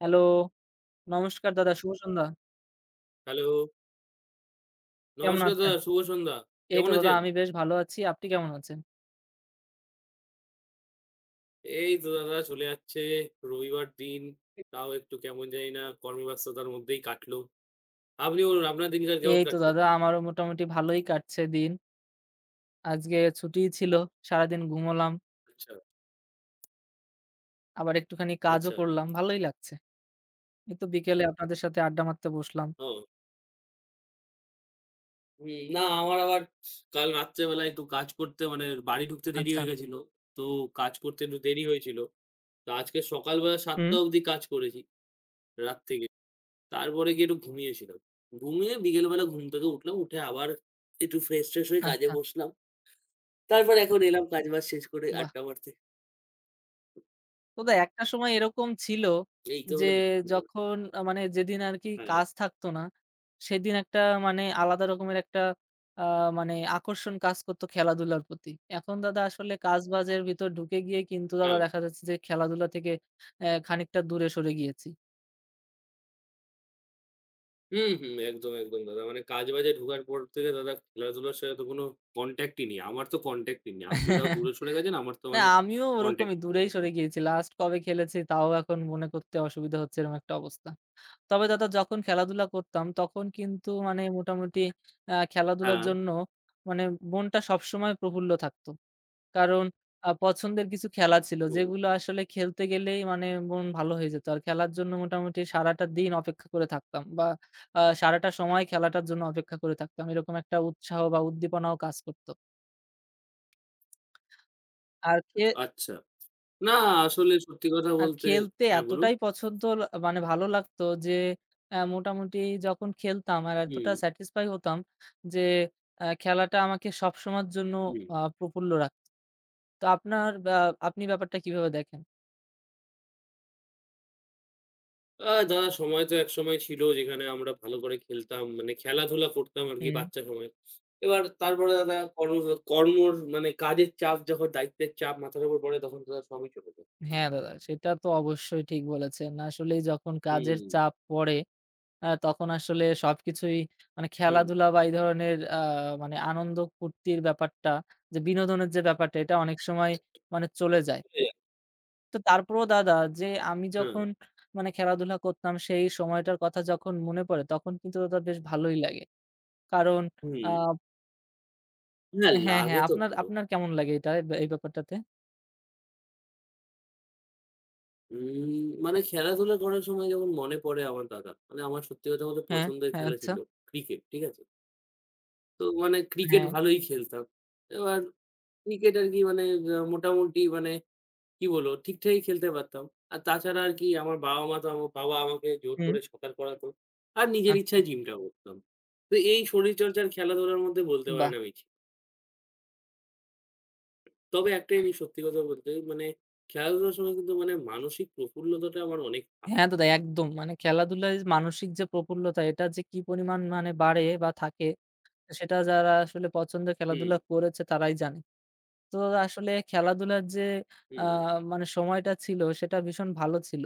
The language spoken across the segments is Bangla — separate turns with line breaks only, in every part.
হ্যালো, নমস্কার দাদা, শুভ সন্ধ্যা।
হ্যালো,
কেমন
নমস্কার
আছেন?
দাদা, শুভ সন্ধ্যা।
এই তো
কেমন
দাদা
আছেন?
আমি বেশ ভালো আছি। আপনি কেমন আছেন?
এই তো দাদা চলে যাচ্ছে রবিবার দিন। তাও একটু কেমন জানি না কর্মব্যস্ততার মধ্যেই কাটলো। আপনি বলুন আপনার দিনকাল কেমন
এই তো
কাটছে?
দাদা আমারও মোটামুটি ভালোই কাটছে দিন। আজকে ছুটিই ছিল। সারাদিন ঘুমোলাম।
আচ্ছা,
আবার একটুখানি কাজও
আচ্ছা।
করলাম। ভালোই লাগছে। এই তো বিকেলে আপনাদের সাথে আড্ডা মারতে বসলাম।
ও হুম, না আমার আবার কাল রাত্রেবেলা একটু কাজ করতে মানে বাড়ি ঢুকতে দেরি
আচ্ছা।
হয়ে গেছিল। তো কাজ করতে একটু দেরি হয়েছিল। তো আজকে সকালবেলা
হুম,
৭:০০ অবধি কাজ করেছি রাত থেকে। তারপরে গিয়ে একটু ঘুমিয়েছিলাম। ঘুমিয়ে বিকেলবেলা ঘুম থেকে উঠলাম। উঠে আবার একটু ফ্রেশ-ট্রেশ হয়ে কাজে
আচ্ছা।
বসলাম। তারপর এখন এলাম কাজবাজ শেষ করে
বাহ!
আড্ডা মারতে।
তবে একটা সময় এরকম ছিল
এই তো
যে
হলো ব্যাপার।
যখন মানে যেদিন আরকি
হ্যাঁ,
কাজ থাকতো না, সেদিন একটা মানে আলাদা রকমের একটা আ মানে আকর্ষণ কাজ করতো খেলাধুলার প্রতি। এখন দাদা আসলে কাজবাজের ভিতর ঢুকে গিয়ে কিন্তু দাদা
হ্যাঁ।
দেখা যাচ্ছে যে খেলাধুলা থেকে খানিকটা দূরে সরে গিয়েছি।
হুম, হুম। একদম, একদম দাদা। মানে কাজবাজে ঢোকার পর থেকে দাদা খেলাধুলার সাথে তো কোনো কনট্যাক্ট ই নেই। আমার তো কনট্যাক্ট ই নেই। আপনি তাও দূরে সরে গেছেন। আমার তো
না
মানে
আমিও
কনট্যাক্ট
ওরকমই
ই নেই
দূরেই সরে
একদম।
গিয়েছি। লাস্ট কবে খেলেছি তাও এখন মনে করতে অসুবিধা হচ্ছে এরকম একটা অবস্থা। তবে দাদা যখন খেলাধুলা করতাম তখন কিন্তু মানে মোটামুটি খেলাধুলার
হ্যাঁ,
জন্য মানে মনটা সবসময় প্রফুল্ল থাকতো। কারণ পছন্দের কিছু খেলা ছিল
হুম।
যেগুলো আসলে খেলতে গেলেই মানে মন ভালো হয়ে যেত। আর খেলার জন্য মোটামুটি সারাটা দিন অপেক্ষা করে থাকতাম বা সারাটা সময় খেলাটার জন্য অপেক্ষা করে থাকতাম। এরকম একটা উৎসাহ বা উদ্দীপনাও কাজ করত। আর খে
আচ্ছা। না আসলে সত্যি কথা
আর
বলতে
খেলতে
হ্যাঁ, বলুন।
এতটাই পছন্দ মানে ভালো লাগতো যে মোটামুটি যখন খেলতাম আর এতটা
হুম,
স্যাটিসফাই হতাম যে খেলাটা আমাকে সবসময়ের জন্য
হুম।
প্রফুল্ল রাখত। তো আপনার ব্যা আপনি ব্যাপারটা কিভাবে দেখেন?
দাদা সময় তো একসময় ছিল যেখানে আমরা ভালো করে খেলতাম। মানে খেলাধুলা করতাম আরকি
হুম।
বাচ্চা সময়ে। এবার তারপরে দাদা কর্মর মানে কাজের চাপ যখন দায়িত্বের চাপ মাথার উপর পড়ে তখন দাদা সবই চলে যায়।
হ্যাঁ, দাদা সেটা তো অবশ্যই ঠিক বলেছেন। আসলেই যখন কাজের
হুম,
চাপ পড়ে তখন আসলে সবকিছুই মানে
হুম।
খেলাধুলা বা এই ধরনের মানে আনন্দ ফুর্তির ব্যাপারটা যে বিনোদনের যে ব্যাপারটা এটা অনেক সময় মানে চলে যায়।
চলে যায়,
তো তারপরেও দাদা যে আমি
হ্যাঁ,
যখন মানে খেলাধুলা করতাম সেই সময়টার কথা যখন মনে পড়ে তখন কিন্তু দাদা বেশ ভালোই লাগে। কারণ
হুম।
আ
না
হ্যাঁ, হ্যাঁ,
লাগে তো
আপনার
ভালো।
আপনার কেমন লাগে এটা এই ব্যাপারটাতে?
উম মানে খেলাধুলা করার সময় যখন মনে পড়ে আমার দাদা, মানে আমার সত্যি কথা বলতে
হ্যাঁ,
পছন্দের
হ্যাঁ,
খেলা
আচ্ছা,
ছিল ক্রিকেট, ঠিক আছে? তো মানে ক্রিকেট
হ্যাঁ,
ভালোই খেলতাম। এবার ক্রিকেট আরকি মানে মোটামুটি মানে কি বলবো? ঠিকঠাকই খেলতে পারতাম। আর তাছাড়া আর কি আমার বাবা-মা তো আমার বাবা আমাকে জোর
হুম,
করে সাঁতার করাতো। আর নিজের
আচ্ছা,
ইচ্ছায় জিমটা করতাম। তো এই শরীরচর্চা আর খেলাধুলার মধ্যে বলতে
বাহ!
পারেন আমি। ঠিক। তবে একটা জিনিস সত্যি কথা বলতে মানে খেলাধুলার সময় কিন্তু মানে মানসিক প্রফুল্লতাটা আমার অনেক
হ্যাঁ, দাদা একদম মানে খেলাধুলায় মানসিক যে প্রফুল্লতা এটা যে কি পরিমাণ মানে বাড়ে বা থাকে সেটা যারা আসলে পছন্দের
হুম,
খেলাধুলা করেছে তারাই জানে। তো দাদা আসলে খেলাধুলার যে আ
হুম।
মানে সময়টা ছিল সেটা ভীষণ ভালো ছিল।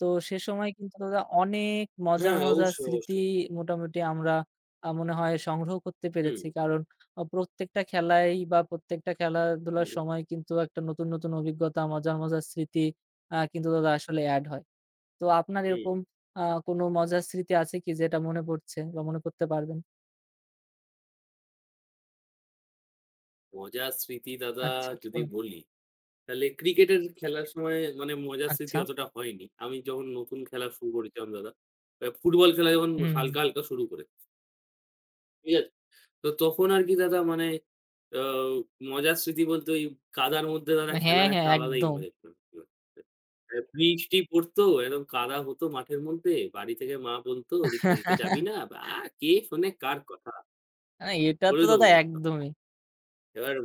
তো সে সময় কিন্তু দাদা অনেক মজার,
হ্যাঁ,
মজার
অবশ্যই,
স্মৃতি
অবশ্যই।
মোটামুটি আমরা মনে হয় সংগ্রহ করতে
হুম,
পেরেছি। কারণ প্রত্যেকটা খেলাই বা প্রত্যেকটা খেলাধুলার
হুম,
সময় কিন্তু একটা নতুন, নতুন অভিজ্ঞতা, মজার, মজার স্মৃতি কিন্তু দাদা আসলে এড হয়। তো আপনার
হুম।
এরকম আ কোনো মজার স্মৃতি আছে কি যেটা মনে পড়ছে বা মনে করতে পারবেন?
মজার স্মৃতি দাদা
আচ্ছা
যদি
বলুন।
বলি তাহলে ক্রিকেটের খেলার সময় মানে মজার স্মৃতি
আচ্ছা।
অতটা হয়নি। আমি যখন নতুন খেলা শুরু করেছিলাম দাদা, ফুটবল খেলা যখন
হুম, হুম।
হালকা, হালকা শুরু করে। ঠিক আছে? তো তখন আর কি দাদা মানে আ মজার স্মৃতি বলতে ওই কাদার মধ্যে দাদা
হ্যাঁ,
খেলার
হ্যাঁ
একটা আলাদাই
একদম।
মজা ছিল। বৃষ্টি পড়তো, একদম কাদা হতো মাঠের মধ্যে। বাড়ি থেকে মা বলত যে, "খেলতে যাবি না?" বা কে শোনে কার কথা?"
এটা তো
বলে
দাদা
দৌড় মারতাম।
একদমই।
এবার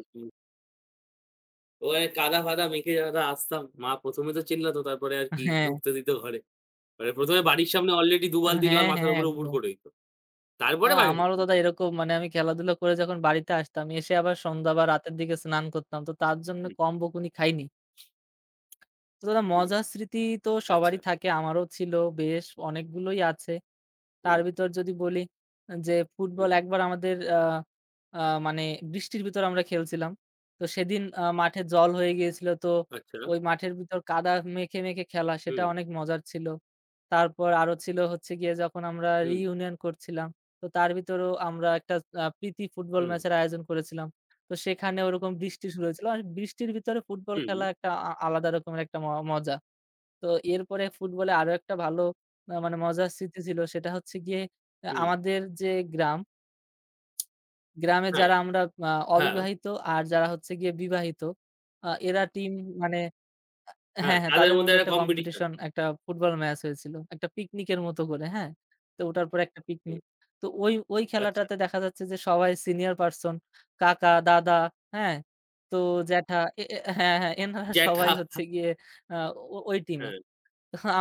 ওখানে কাদা-ফাদা মেখে দাদা আসতাম। মা ১ম এ তো চিল্লাতো তারপরে আর কি
হ্যাঁ,
ঢুকতে দিত ঘরে। মানে ১ম এ বাড়ির সামনে অলরেডি ২ বালতি জল
হ্যাঁ,
মাথার
হ্যাঁ
উপরে উপুড়
একদম।
করে দিত। তারপরে
হ্যাঁ,
বাড়ি
আমারও
ঢুকতে
দাদা
দিত।
এরকম মানে আমি খেলাধুলা করে যখন বাড়িতে আসতাম, এসে আবার সন্ধ্যা বা রাতের দিকে স্নান করতাম। তো তার জন্য
হুম,
কম বকুনি খাইনি। তো দাদা
হুম,
মজার স্মৃতি তো
আচ্ছা,
সবারই থাকে, আমারও ছিল বেশ অনেকগুলোই আছে। তার
হুম,
ভিতর যদি বলি যে ফুটবল
হুম,
একবার আমাদের আ আ মানে বৃষ্টির ভিতর আমরা খেলছিলাম। তো সেদিন মাঠে জল হয়ে গিয়েছিল। তো
আচ্ছা,
ওই মাঠের ভিতর কাদা মেখে, মেখে খেলা সেটা
হুম,
অনেক মজার ছিল। তারপর আরো ছিল হচ্ছে গিয়ে যখন আমরা
হুম,
রিইউনিয়ন করছিলাম। তো তার ভিতরেও আমরা একটা প্রীতি ফুটবল
হুম,
ম্যাচের আয়োজন করেছিলাম। তো সেখানে ওরকম বৃষ্টি শুরু হয়েছিল। আর বৃষ্টির ভিতরে ফুটবল
হুম,
খেলা একটা আলাদা রকমের একটা মজা। তো এরপরে ফুটবলে আরো একটা ভালো মানে মজার স্মৃতি ছিল সেটা হচ্ছে গিয়ে
হুম,
আমাদের যে গ্রাম, গ্রামে
হ্যাঁ,
যারা আমরা আ
হ্যাঁ,
অবিবাহিত আর যারা হচ্ছে গিয়ে বিবাহিত এরা টিম মানে
হ্যাঁ,
হ্যাঁ, হ্যাঁ
তাদের
তাদের
মধ্যে
মধ্যে
একটা
একটা
কম্পিটিশন।
কম্পিটিশন একটা ফুটবল ম্যাচ হয়েছিল। একটা পিকনিকের মতো করে, হ্যাঁ? তো ওটার পরে একটা
হুম,
পিকনিক। তো ওই
আচ্ছা,
খেলাটাতে দেখা যাচ্ছে যে সবাই সিনিয়র পারসন কাকা, দাদা, হ্যাঁ? তো জ্যাঠা এ এ হ্যাঁ, হ্যাঁ এনারা সবাই
জ্যাঠা,
হচ্ছে গিয়ে আ ও ওই টিমে।
হ্যাঁ,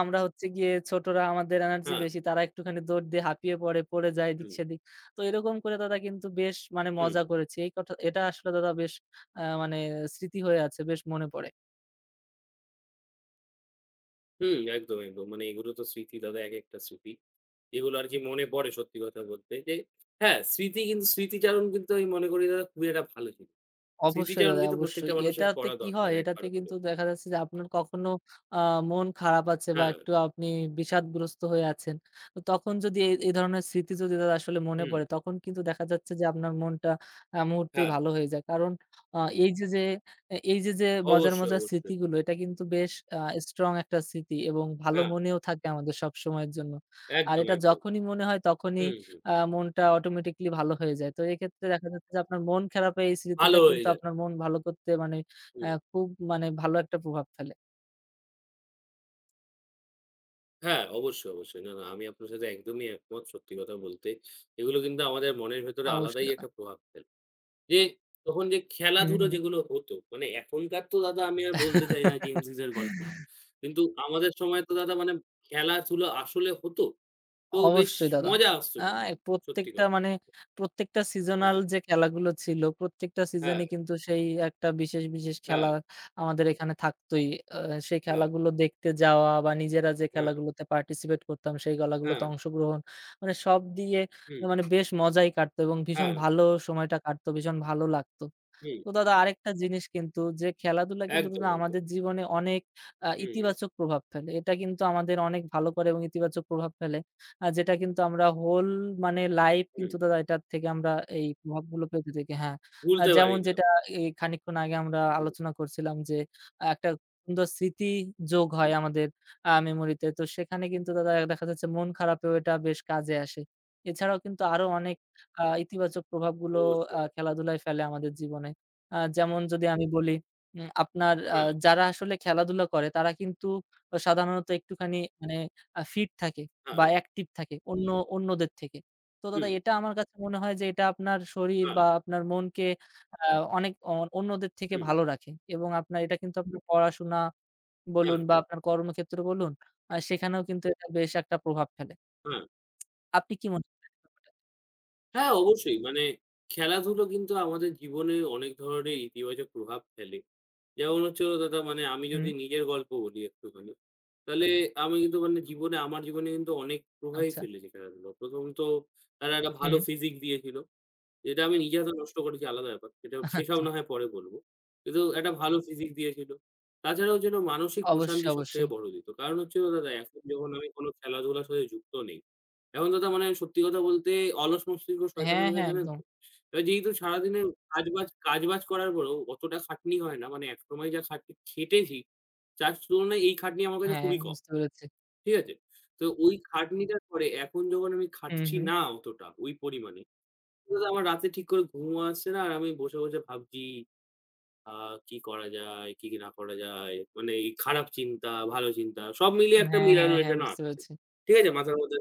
আমরা হচ্ছে গিয়ে ছোটরা আমাদের এনার্জি
হ্যাঁ,
বেশি। তারা একটুখানি দৌড় দিয়ে হাঁপিয়ে পড়ে, পড়ে যায় এদিক
হুম,
সেদিক। তো এরকম করে দাদা কিন্তু বেশ মানে
হুম।
মজা করেছি। এই কথা এটা আসলে দাদা বেশ মানে স্মৃতি হয়ে আছে, বেশ মনে পড়ে।
হুম, একদম, একদম। মানে এগুলো তো স্মৃতি দাদা একেকটা স্মৃতি। এগুলো আর কি মনে পড়ে সত্যি কথা বলতে যে হ্যাঁ, স্মৃতি কিন্তু স্মৃতিচারণ কিন্তু আমি মনে করি দাদা খুবই একটা ভালো জিনিস।
অবশ্যই
স্মৃতিচারণ
দাদা,
কিন্তু
অবশ্যই।
প্রত্যেকটা মানুষের
এটাতে
করা
কি
দরকার
হয়? এটাতে
একবার
কিন্তু
হলেও।
দেখা যাচ্ছে যে আপনার কখনো আ মন খারাপ আছে বা
হ্যাঁ,
একটু আপনি বিষাদগ্রস্ত হয়ে আছেন। তো তখন যদি এই ধরনের স্মৃতি যদি দাদা আসলে মনে
হুম,
পড়ে তখন কিন্তু দেখা যাচ্ছে যে আপনার মনটা মুহূর্তেই
হ্যাঁ,
ভালো হয়ে যায়। কারণ আ এই যে, যে এই যে, যে মজার,
অবশ্যই,
মজার
অবশ্যই।
স্মৃতিগুলো এটা কিন্তু বেশ আ স্ট্রং একটা স্মৃতি এবং ভালো
হ্যাঁ,
মনেও থাকে আমাদের সবসময়ের জন্য। আর
একদম,
এটা
একদম।
যখনই মনে হয় তখনই
হুম, হুম।
মনটা অটোমেটিক্যালি ভালো হয়ে যায়। তো এক্ষেত্রে দেখা যাচ্ছে যে আপনার মন খারাপে এই স্মৃতিটা
ভালো হয়ে
কিন্তু
যায়।
আপনার মন ভালো করতে মানে
হুম।
খুব মানে ভালো একটা প্রভাব ফেলে।
হ্যাঁ, অবশ্যই, অবশ্যই। না, না আমি আপনার সাথে একদমই একমত সত্যি কথা বলতে। এগুলো কিন্তু আমাদের মনের ভেতরে
অবশ্যই
আলাদাই
দাদা।
একটা প্রভাব ফেলে। যে তখন যে
হুম,
খেলাধুলা
হুম।
যেগুলো হতো, মানে এখনকার তো দাদা আমি আর বলতে চাই না Gen Z এর গল্প। কিন্তু আমাদের সময় তো দাদা মানে খেলাধুলা আসলে হতো। তো বেশ
অবশ্যই দাদা।
মজা আসতো
আ
কিন্তু। সত্যি
প্রত্যেকটা
কথা।
মানে প্রত্যেকটা সিজনাল
হ্যাঁ,
যে খেলাগুলো ছিল, প্রত্যেকটা
হ্যাঁ,
সিজনে কিন্তু সেই একটা বিশেষ, বিশেষ
হ্যাঁ,
খেলা আমাদের এখানে থাকতই। আ সেই
হ্যাঁ,
খেলাগুলো দেখতে যাওয়া বা নিজেরা যে
হ্যাঁ,
খেলাগুলোতে পার্টিসিপেট করতাম, সেই খেলাগুলোতে
হ্যাঁ,
অংশগ্রহণ। মানে সব দিয়ে
হুম,
মানে বেশ মজাই কাটতো এবং ভীষণ
হ্যাঁ,
ভালো সময়টা কাটতো, ভীষণ ভালো লাগতো।
হুম,
তো দাদা আরেকটা জিনিস কিন্তু যে খেলাধুলা কিন্তু
একদম,
দাদা
একদম।
আমাদের জীবনে অনেক
হুম,
ইতিবাচক প্রভাব ফেলে। এটা কিন্তু আমাদের অনেক ভালো করে এবং ইতিবাচক প্রভাব ফেলে। যেটা কিন্তু আমরা মানে লাইফ
হুম,
কিন্তু দাদা এটার থেকে আমরা এই প্রভাবগুলো পেতে থাকি হ্যাঁ।
ভুলতে
যেমন
পারি না।
যেটা এই খানিকক্ষণ আগে আমরা
হুম,
আলোচনা করছিলাম যে একটা সুন্দর স্মৃতি যোগ হয়
হুম,
আমাদের মেমোরিতে। তো সেখানে কিন্তু দাদা দেখা যাচ্ছে মন খারাপেও এটা বেশ কাজে আসে। এছাড়াও কিন্তু আরো অনেক ইতিবাচক প্রভাবগুলো
অবশ্যই।
খেলাধুলায় ফেলে আমাদের জীবনে। যেমন যদি আমি বলি আপনার
হ্যাঁ,
যারা আসলে খেলাধুলা করে তারা কিন্তু সাধারণত একটুখানি মানে ফিট থাকে
হ্যাঁ,
বা অ্যাক্টিভ থাকে অন্যদের থেকে। তো দাদা
হুম,
এটা আমার কাছে মনে হয় যে এটা আপনার শরীর
হ্যাঁ,
বা আপনার মনকে আ অনেক অন্যদের থেকে
হুম,
ভালো রাখে এবং আপনার এটা কিন্তু আপনার পড়াশোনা
হ্যাঁ,
বলুন বা আপনার কর্মক্ষেত্র বলুন সেখানেও কিন্তু এটা বেশ একটা প্রভাব ফেলে।
হ্যাঁ।
আপনি কি মনে করেন এই ব্যাপারটা?
হ্যাঁ, অবশ্যই। মানে খেলাধুলো কিন্তু আমাদের জীবনে অনেক ধরনের ইতিবাচক প্রভাব ফেলে। যেমন হচ্ছে হলো দাদা মানে আমি
হুম,
যদি নিজের গল্প বলি একটুখানি, তাহলে আমি কিন্তু মানে জীবনে আমার জীবনে কিন্তু অনেক প্রভাবই
আচ্ছা।
ফেলেছে খেলাধুলা। ১ম তো তারা একটা ভালো
হুম,
ফিজিক দিয়েছিল। যেটা আমি নিজে হয়তো নষ্ট করেছি আলাদা ব্যাপার। সেটা সেসব
আচ্ছা।
না হয় পরে বলব। কিন্তু একটা ভালো ফিজিক দিয়েছিল। তাছাড়াও যেন মানসিক
অবশ্যই,
প্রশান্তি সবথেকে
অবশ্যই।
বড় দিত। কারণ হচ্ছে হলো দাদা এখন যখন আমি কোনো খেলাধুলার সাথে যুক্ত নেই। এখন দাদা মানে সত্যি কথা বলতে অলস মস্তিষ্ক
হ্যাঁ,
শয়তানের মেলা
হ্যাঁ,
জানেন
একদম।
তো? এবার যেহেতু সারাদিনের কাজবাজ কাজবাজ করার পরেও অতটা খাটনি হয় না। মানে একসময় যা খাটনি খেটেছি, তার তুলনায় এই খাটনি আমার কাছে
হ্যাঁ,
খুবই কম।
বুঝতে পেরেছি।
ঠিক আছে? তো ওই খাটনিটার পরে এখন যখন আমি
হুম,
খাটছি
হুম।
না অতটা ওই পরিমাণে দাদা, আমার রাতে ঠিক করে ঘুম আসছে না আর আমি বসে, বসে ভাবছি আ কি করা যায়, কি, কি না করা যায়। মানে এই খারাপ চিন্তা, ভালো চিন্তা সব মিলিয়ে একটা
হ্যাঁ, হ্যাঁ,
মিলানো
হ্যাঁ,
এখানে
বুঝতে
আসছে।
পেরেছি।
ঠিক আছে? মাথার মধ্যে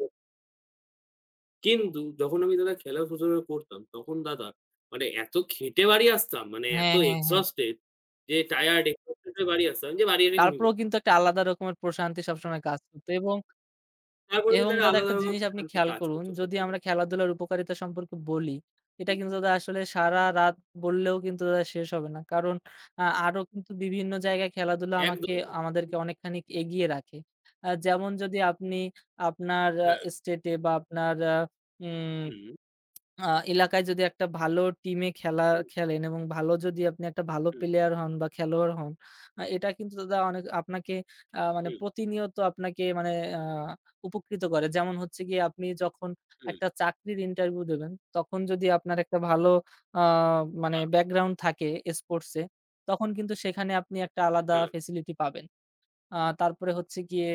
কিন্তু যখন আমি দাদা খেলা শুরু করতাম তখন দাদা মানে এত খেটে বাড়ি আসতাম মানে এত
হ্যাঁ, হ্যাঁ, হ্যাঁ।
এক্সহস্টেড যে টায়ার্ড এক্সহস্টেড হয়ে বাড়ি আসতাম যে বাড়ি এসে ঘুমিয়ে
তারপরেও
পড়তাম।
কিন্তু একটা আলাদা রকমের প্রশান্তি সবসময় কাজ করত এবং,
তারপরে
এবং
কিন্তু একটা
দাদা
আলাদা
একটা
রকম
জিনিস আপনি
প্রশান্তি
খেয়াল
কাজ
করুন,
করতো
যদি
সত্যি
আমরা
কথা।
খেলাধুলার উপকারিতা সম্পর্কে বলি, এটা
হুম,
কিন্তু দাদা আসলে সারারাত বললেও কিন্তু দাদা শেষ হবে না। কারণ আরো কিন্তু বিভিন্ন জায়গায় খেলাধুলা
একদম।
আমাদেরকে অনেকখানি এগিয়ে রাখে। যেমন যদি আপনি আপনার
হ্যাঁ,
স্টেটে বা আপনার উম
হুম,
আ এলাকায় যদি একটা ভালো টিমে খেলা
হুম,
খেলেন এবং ভালো যদি আপনি একটা ভালো
হুম,
প্লেয়ার হন বা খেলোয়াড় হন, এটা কিন্তু দাদা অনেক আপনাকে মানে
হুম,
প্রতিনিয়ত আপনাকে মানে আ উপকৃত করে। যেমন হচ্ছে গিয়ে আপনি যখন
হুম,
একটা চাকরির ইন্টারভিউ দেবেন, তখন যদি আপনার একটা ভালো আ মানে
হ্যাঁ,
ব্যাকগ্রাউন্ড থাকে স্পোর্টস এ, তখন কিন্তু সেখানে আপনি একটা আলাদা
হ্যাঁ,
ফেসিলিটি পাবেন। তারপরে হচ্ছে গিয়ে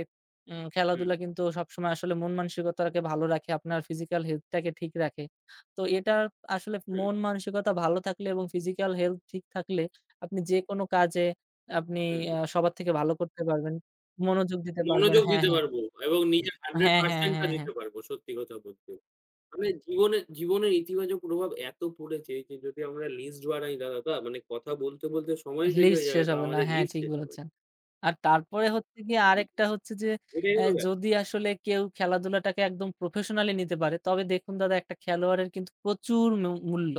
হুম,
খেলাধুলা কিন্তু সবসময় আসলে মন মানসিকতাকে ভালো রাখে, আপনার ফিজিক্যাল হেলথটাকে ঠিক রাখে। তো এটার আসলে
হুম,
মন মানসিকতা ভালো থাকলে এবং ফিজিক্যাল হেলথ ঠিক থাকলে আপনি যেকোনো কাজে আপনি
হুম।
সবার থেকে ভালো করতে পারবেন। মনোযোগ দিতে পারবেন।
মনোযোগ
হ্যাঁ,
দিতে
হ্যাঁ।
পারবো এবং নিজের
হ্যাঁ, হ্যাঁ,
100% টা
হ্যাঁ, হ্যাঁ।
দিতে পারবো সত্যি কথা বলতে। মানে জীবনে জীবনের ইতিবাচক প্রভাব এত পড়েছে যে যদি আমরা লিস্ট বানাই না দাদা মানে কথা বলতে, বলতে সময় শেষ
লিস্ট
হয়ে যাবে
শেষ
তা
হবে না।
আমাদের
হ্যাঁ,
লিস্ট
ঠিক
শেষ হবে
বলেছেন।
না।
আর তারপরে হচ্ছে গিয়ে
হুম,
আরেকটা হচ্ছে যে
এটাই হলো ব্যাপার।
যদি আসলে কেউ খেলাধুলাটাকে একদম প্রফেশনালি নিতে পারে তবে দেখুন দাদা একটা খেলোয়াড়ের কিন্তু প্রচুর মূল্য।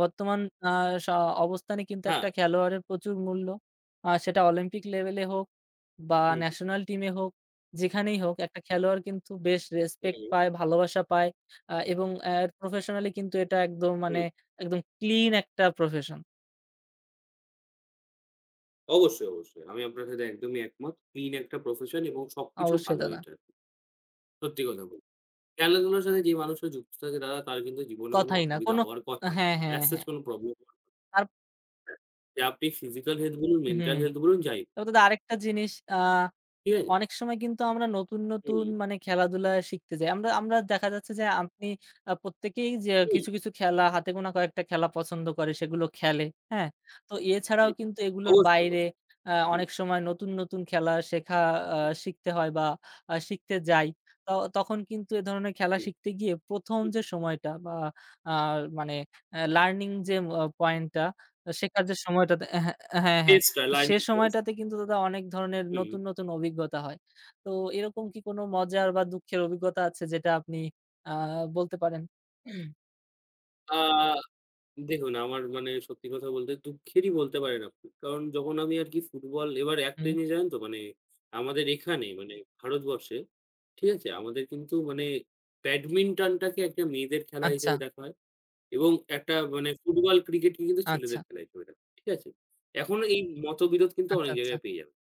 বর্তমান আ স অবস্থানে কিন্তু
হ্যাঁ,
একটা খেলোয়াড়ের প্রচুর মূল্য। সেটা অলিম্পিক লেভেলে হোক বা
হুম,
ন্যাশনাল টিমে হোক, যেখানেই হোক একটা খেলোয়াড় কিন্তু বেশ রেসপেক্ট
হুম,
পায়, ভালোবাসা পায় এবং প্রফেশনালি কিন্তু এটা একদম মানে
হুম।
একদম ক্লিন একটা প্রফেশন।
অবশ্যই, অবশ্যই। আমি আপনার সাথে একদমই একমত। ক্লিন একটা প্রফেশন এবং সবকিছু
অবশ্যই
ভালো
দাদা।
এটার। সত্যি কথা বলতে। খেলাধুলার সাথে যে মানুষটা যুক্ত থাকে দাদা তার কিন্তু জীবনে কোনো
কথাই না।
অসুবিধা
কোনো
হওয়ার কথা না।
হ্যাঁ, হ্যাঁ,
as such
হ্যাঁ।
কোনো প্রবলেম হওয়ার কথা
আর
না। যে আপনি ফিজিক্যাল হেলথ বলুন,
হুম।
মেন্টাল হেলথ বলুন যাই
তবে দাদা আরেকটা জিনিস
হুম,
অনেক সময় কিন্তু আমরা নতুন,
হুম,
নতুন মানে খেলাধুলা শিখতে যাই। আমরা আমরা দেখা যাচ্ছে যে আপনি প্রত্যেকেই যে
হুম,
কিছু, কিছু খেলা হাতে গোনা কয়েকটা খেলা পছন্দ করে সেগুলো খেলে, হ্যাঁ? তো এছাড়াও
হুম।
কিন্তু এগুলোর
অবশ্যই,
বাইরে
অবশ্যই। হুম,
অনেক সময় নতুন, নতুন খেলা শেখা আ শিখতে হয় বা শিখতে যাই। ত তখন কিন্তু এ ধরনের খেলা
হুম,
শিখতে গিয়ে ১ম
হুম।
যে সময়টা বা আ মানে লার্নিং যে পয়েন্টটা, শেখার যে সময়টাতে হ্যাঁ, হ্যাঁ, হ্যাঁ।
ফেজটা
তো সে
লার্নিং ফেজ।
সময়টাতে কিন্তু দাদা অনেক ধরনের
হুম।
নতুন, নতুন অভিজ্ঞতা হয়। তো এরকম কি কোনো মজার বা দুঃখের অভিজ্ঞতা আছে যেটা আপনি আ বলতে পারেন?
আ দেখুন আমার মানে সত্যি কথা বলতে দুঃখেরই বলতে পারেন আপনি। কারণ যখন আমি আরকি ফুটবল এবার একটা
হুম,
জিনিস জানেন তো মানে আমাদের এখানে মানে ভারতবর্ষে, ঠিক আছে? আমাদের কিন্তু মানে ব্যাডমিন্টনটাকে একটা মেয়েদের খেলা
আচ্ছা,
হিসেবে দেখা হয় এবং একটা মানে ফুটবল, ক্রিকেটকে কিন্তু
আচ্ছা,
ছেলেদের খেলা হিসেবে দেখা হয়। ঠিক আছে? এখনো এই মতবিরোধ কিন্তু
আচ্ছা,
অনেক
আচ্ছা।
জায়গায় পেয়ে যাবেন।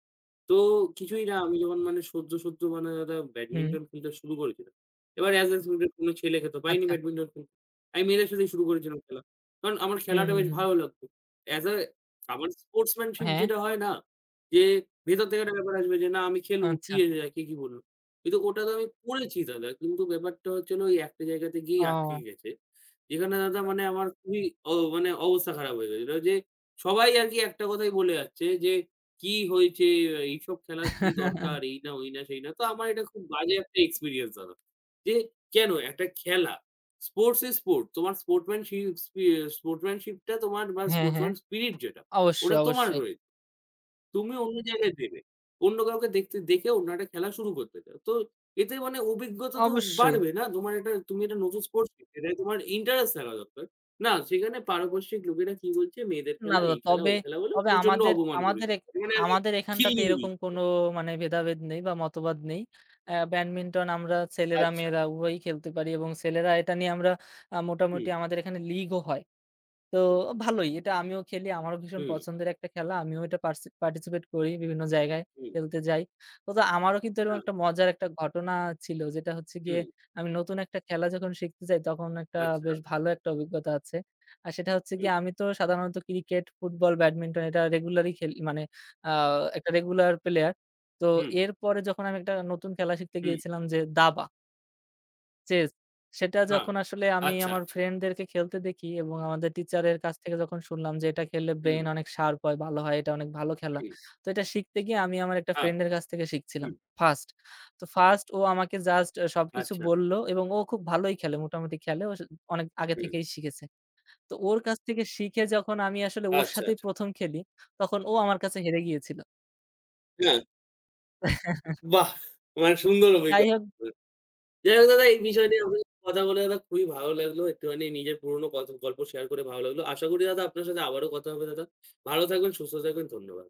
তো কিছুই না আমি যখন মানে সদ্য, সদ্য মানে দাদা
হুম,
ব্যাডমিন্টন খেলতে শুরু করেছিলাম। এবার অ্যাস আ স্টুডেন্ট কোনো ছেলেকে তো পাইনি
আচ্ছা।
ব্যাডমিন্টন খেলতে। আমি মেয়েদের সাথেই শুরু করেছিলাম খেলা। কারণ আমার
হুম,
খেলাটা
হুম,
বেশ
হুম।
ভালো লাগতো। অ্যাস আ আমার স্পোর্টসম্যানশিপ
হ্যাঁ,
যেটা হয় না? যে ভেতর থেকে একটা ব্যাপার আসবে যে না আমি খেলবো।
আচ্ছা।
কি এসে যায়? কে কি বলল? কিন্তু ওটা তো আমি করেছি দাদা। কিন্তু ব্যাপারটা হচ্ছে হলো ওই একটা জায়গাতে গিয়েই
ও।
আটকে গেছে। যেখানে দাদা মানে আমার খুবই মানে অবস্থা খারাপ হয়ে গেছিল। যে সবাই আরকি একটা কথাই বলে যাচ্ছে যে কি হয়েছে? এইসব খেলার কি দরকার? এই না, ওই না, সেই না। তো আমার এটা খুব বাজে একটা এক্সপেরিয়েন্স দাদা। যে কেন? একটা খেলা। Sports is sport. তোমার স্পোর্টসম্যানশিপ স্পি স্পোর্টসম্যানশিপ টা তোমার বা
হ্যাঁ, হ্যাঁ।
স্পোর্টসম্যান স্পিরিট যেটা,
অবশ্যই,
ওটা তোমার
অবশ্যই,
রয়েছে। তুমি অন্য জায়গায় দেবে। অন্য কাউকে দেখতে দেখে অন্য একটা খেলা শুরু করতে চাও। তো এতে মানে অভিজ্ঞতা তো
অবশ্যই।
বাড়বে না? তোমার একটা তুমি একটা নতুন স্পোর্টস এটায় তোমার ইন্টারেস্ট থাকা দরকার। না সেখানে পারিপার্শ্বিক লোকেরা কি বলছে মেয়েদের
না
খেলা
দাদা
এই খেলা
তবে,
ওই খেলা বলে
তবে
প্রচন্ড
আমাদের,
অপমান
আমাদের
করেছিল।
এক
মানে আরকি
আমাদের এখানটাতে
খিল্লি
এরকম
উড়িয়েছিল।
কোনো মানে ভেদাভেদ নেই বা মতবাদ নেই। ব্যাডমিন্টন আমরা ছেলেরা
আচ্ছা।
মেয়েরা উভয়ই খেলতে পারি এবং ছেলেরা এটা নিয়ে আমরা মোটামুটি
হুম,
আমাদের এখানে লীগও হয়। তো
হুম,
ভালোই। এটা আমিও খেলি। আমারও ভীষণ
হুম,
পছন্দের একটা খেলা। আমিও এটা পারসি পার্টিসিপেট করি। বিভিন্ন জায়গায়
হুম,
খেলতে যাই। তো আমারও কিন্তু এরকম
হ্যাঁ,
একটা মজার একটা ঘটনা ছিল। যেটা হচ্ছে গিয়ে
হুম,
আমি নতুন একটা খেলা যখন শিখতে যাই তখন একটা
আচ্ছা,
বেশ ভালো একটা অভিজ্ঞতা আছে। আর সেটা হচ্ছে
হুম,
গিয়ে আমি তো সাধারণত ক্রিকেট, ফুটবল, ব্যাডমিন্টন এটা রেগুলারই খেলি মানে আ একটা রেগুলার প্লেয়ার। তো
হুম,
এরপরে যখন আমি একটা নতুন খেলা শিখতে
হুম,
গিয়েছিলাম যে দাবা। চেস। সেটা
হ্যাঁ।
যখন আসলে আমি
আচ্ছা,
আমার
আচ্ছা,
ফ্রেন্ডদেরকে খেলতে দেখি এবং আমাদের টিচারের কাছ থেকে যখন শুনলাম যে, "এটা খেললে
হুম,
ব্রেইন অনেক শার্প হয়, ভালো হয়, এটা অনেক ভালো খেলা।"
হুম,
তো এটা শিখতে গিয়ে আমি আমার একটা
হ্যাঁ,
ফ্রেন্ডের কাছ থেকে শিখছিলাম,
হুম,
ফার্স্ট। তো
হুম,
ফার্স্ট ও আমাকে জাস্ট সবকিছু
আচ্ছা,
বলল এবং ও খুব ভালোই খেলে, মোটামুটি খেলে। ও স অনেক আগে
হুম,
থেকেই শিখেছে। তো ওর কাছ থেকে শিখে যখন আমি আসলে ওর
আচ্ছা,
সাথেই
আচ্ছা।
১ম খেলি, তখন ও আমার কাছে হেরে গিয়েছিল।
হ্যাঁ, বাহ! মানে সুন্দর
যাই
অভিজ্ঞতা।
হোক
যাই হোক দাদা এই বিষয় নিয়ে আপনার সাথে কথা বলে দাদা খুবই ভালো লাগলো। একটুখানি নিজের পুরনো কথ গল্প শেয়ার করে ভালো লাগলো। আশা করি দাদা আপনার সাথে আবারও কথা হবে দাদা। ভালো থাকবেন, সুস্থ থাকবেন। ধন্যবাদ।